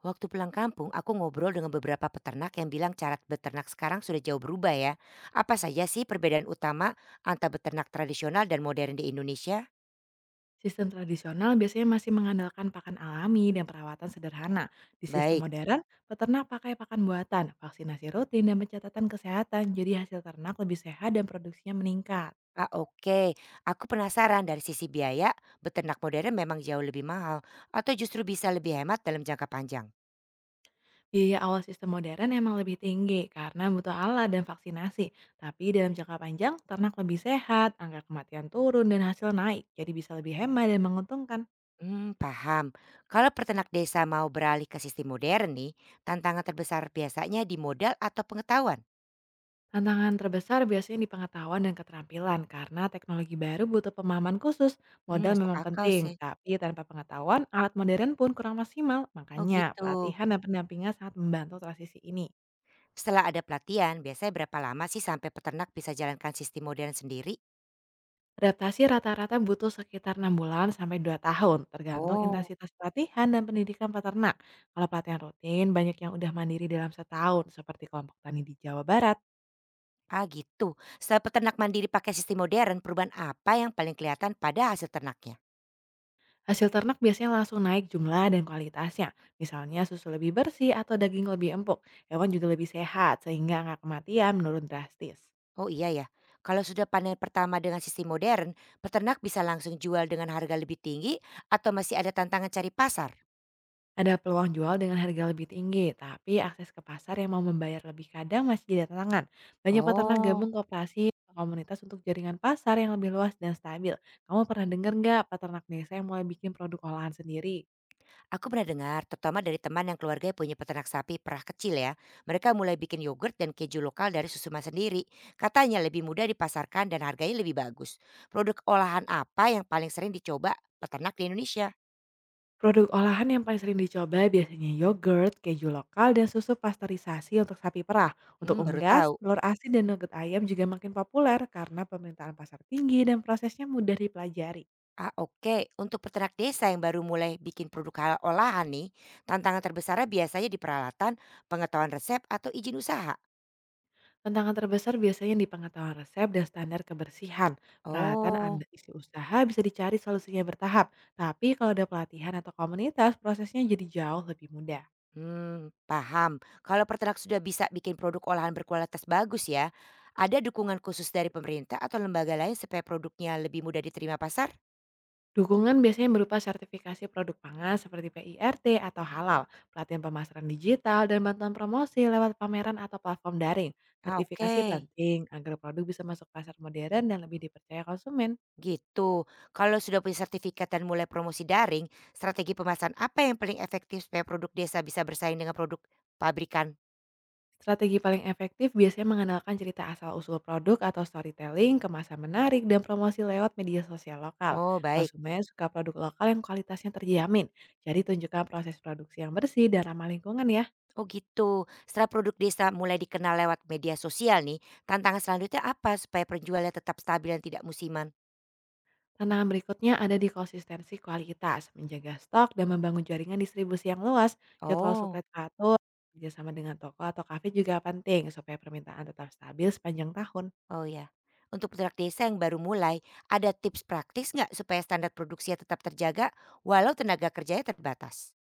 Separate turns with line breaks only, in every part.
Waktu pulang kampung, aku ngobrol dengan beberapa peternak yang bilang cara beternak sekarang sudah jauh berubah ya. Apa saja sih perbedaan utama antara beternak tradisional dan modern di Indonesia?
Sistem tradisional biasanya masih mengandalkan pakan alami dan perawatan sederhana. Di sistem
Baik.
modern, peternak pakai pakan buatan, vaksinasi rutin, dan pencatatan kesehatan, jadi hasil ternak lebih sehat dan produksinya meningkat.
Oke. Aku penasaran dari sisi biaya, beternak modern memang jauh lebih mahal atau justru bisa lebih hemat dalam jangka panjang?
Biaya awal sistem modern emang lebih tinggi karena butuh alat dan vaksinasi, tapi dalam jangka panjang ternak lebih sehat, angka kematian turun, dan hasil naik, jadi bisa lebih hemat dan menguntungkan.
Hmm, paham. Kalau peternak desa mau beralih ke sistem modern nih, tantangan terbesar biasanya di modal atau pengetahuan?
Tantangan terbesar biasanya di pengetahuan dan keterampilan karena teknologi baru butuh pemahaman khusus.
Hmm,
Modal
masuk
memang
akal
penting,
sih.
tapi tanpa pengetahuan alat modern pun kurang maksimal.
Oh
Makanya
gitu.
pelatihan dan pendampingan sangat membantu transisi ini.
Setelah ada pelatihan, biasanya berapa lama sih sampai peternak bisa jalankan sistem modern sendiri?
Adaptasi rata-rata butuh sekitar 6 bulan sampai 2 tahun, tergantung
Oh,
intensitas pelatihan dan pendidikan peternak. Kalau pelatihan rutin, banyak yang udah mandiri dalam setahun, seperti kelompok tani di Jawa Barat.
ah gitu. Setelah peternak mandiri pakai sistem modern, perubahan apa yang paling kelihatan pada hasil ternaknya?
Hasil ternak biasanya langsung naik jumlah dan kualitasnya. Misalnya susu lebih bersih atau daging lebih empuk. Hewan juga lebih sehat sehingga angka kematian menurun drastis.
Oh iya ya, kalau sudah panen pertama dengan sistem modern, peternak bisa langsung jual dengan harga lebih tinggi atau masih ada tantangan cari pasar?
Ada peluang jual dengan harga lebih tinggi, tapi akses ke pasar yang mau membayar lebih kadang masih jadi tantangan. Banyak peternak gabung
Oh,
kooperasi atau komunitas untuk jaringan pasar yang lebih luas dan stabil. Kamu pernah dengar nggak peternak desa yang mulai bikin produk olahan sendiri?
aku pernah dengar, terutama dari teman yang keluarganya punya peternak sapi perah kecil ya. Mereka mulai bikin yogurt dan keju lokal dari susu mas sendiri. Katanya lebih mudah dipasarkan dan harganya lebih bagus. Produk olahan apa yang paling sering dicoba peternak di Indonesia?
Produk olahan yang paling sering dicoba biasanya yogurt, keju lokal, dan susu pasteurisasi untuk sapi perah. Untuk
Hmm, baru
unggas,
tahu.
telur asin dan nugget ayam juga makin populer karena permintaan pasar tinggi dan prosesnya mudah dipelajari.
Oke. Untuk peternak desa yang baru mulai bikin produk olahan nih, tantangan terbesarnya biasanya di peralatan, pengetahuan resep, atau izin usaha.
Tantangan terbesar biasanya di pengetahuan resep dan standar kebersihan. Peralatan
Oh,
Anda isi usaha bisa dicari solusinya bertahap, tapi kalau ada pelatihan atau komunitas, prosesnya jadi jauh lebih mudah.
mmm, paham. Kalau peternak sudah bisa bikin produk olahan berkualitas bagus ya, ada dukungan khusus dari pemerintah atau lembaga lain supaya produknya lebih mudah diterima pasar?
Dukungan biasanya berupa sertifikasi produk pangan seperti PIRT atau halal, pelatihan pemasaran digital, dan bantuan promosi lewat pameran atau platform daring.
Oke,
Sertifikasi penting agar produk bisa masuk pasar modern dan lebih dipercaya konsumen.
gitu. Kalau sudah punya sertifikat dan mulai promosi daring, strategi pemasaran apa yang paling efektif supaya produk desa bisa bersaing dengan produk pabrikan?
Strategi paling efektif biasanya mengandalkan cerita asal-usul produk atau storytelling, kemasan menarik, dan promosi lewat media sosial lokal.
Oh, baik.
Konsumen suka produk lokal yang kualitasnya terjamin. Jadi tunjukkan proses produksi yang bersih dan ramah lingkungan ya.
Oh, gitu. Setelah produk desa mulai dikenal lewat media sosial nih, tantangan selanjutnya apa supaya penjualnya tetap stabil dan tidak musiman?
Tantangan berikutnya ada di konsistensi kualitas, menjaga stok, dan membangun jaringan distribusi yang luas. Jadwal suplai
Oh.
teratur, kerjasama dengan toko atau kafe juga penting supaya permintaan tetap stabil sepanjang tahun.
Oh ya, untuk produk desa yang baru mulai, ada tips praktis nggak supaya standar produksinya tetap terjaga walau tenaga kerjanya terbatas?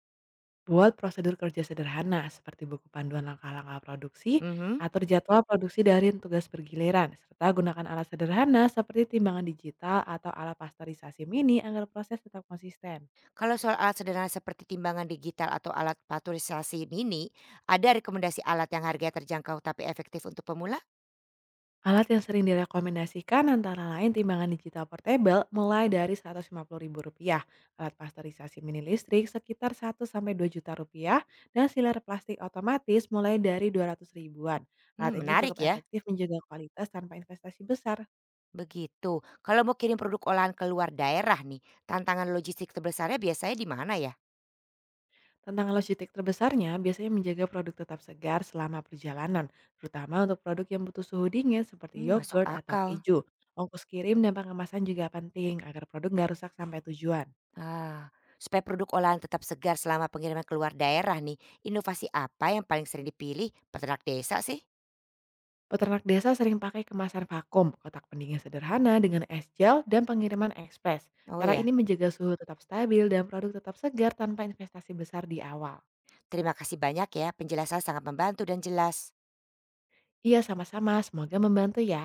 Buat prosedur kerja sederhana seperti buku panduan langkah-langkah produksi,
Mhm.
atur jadwal produksi dari tugas bergiliran, serta gunakan alat sederhana seperti timbangan digital atau alat pasteurisasi mini agar proses tetap konsisten.
Kalau soal alat sederhana seperti timbangan digital atau alat pasteurisasi mini, ada rekomendasi alat yang harganya terjangkau tapi efektif untuk pemula?
Alat yang sering direkomendasikan antara lain timbangan digital portable mulai dari rp rupiah, alat pasteurisasi mini listrik sekitar 1-2 juta rupiah, dan siler plastik otomatis mulai dari 200 ribuan. Alat
Hmm,
ini
menarik
cukup
ya.
efektif menjaga kualitas tanpa investasi besar.
Begitu. Kalau mau kirim produk olahan keluar daerah nih, tantangan logistik terbesarnya biasanya di mana ya?
Tantangan logistik terbesarnya biasanya menjaga produk tetap segar selama perjalanan, terutama untuk produk yang butuh suhu dingin seperti
Hmm, masuk
yogurt atau
akal.
keju. Ongkos kirim dan pengemasan juga penting agar produk nggak rusak sampai tujuan.
Ah, supaya produk olahan tetap segar selama pengiriman keluar daerah nih, inovasi apa yang paling sering dipilih peternak desa sih?
Peternak desa sering pakai kemasan vakum, kotak pendingin sederhana dengan es gel, dan pengiriman ekspres.
Oh
Cara
ya,
ini menjaga suhu tetap stabil dan produk tetap segar tanpa investasi besar di awal.
terima kasih banyak ya, penjelasan sangat membantu dan jelas.
Iya, sama-sama. Semoga membantu ya.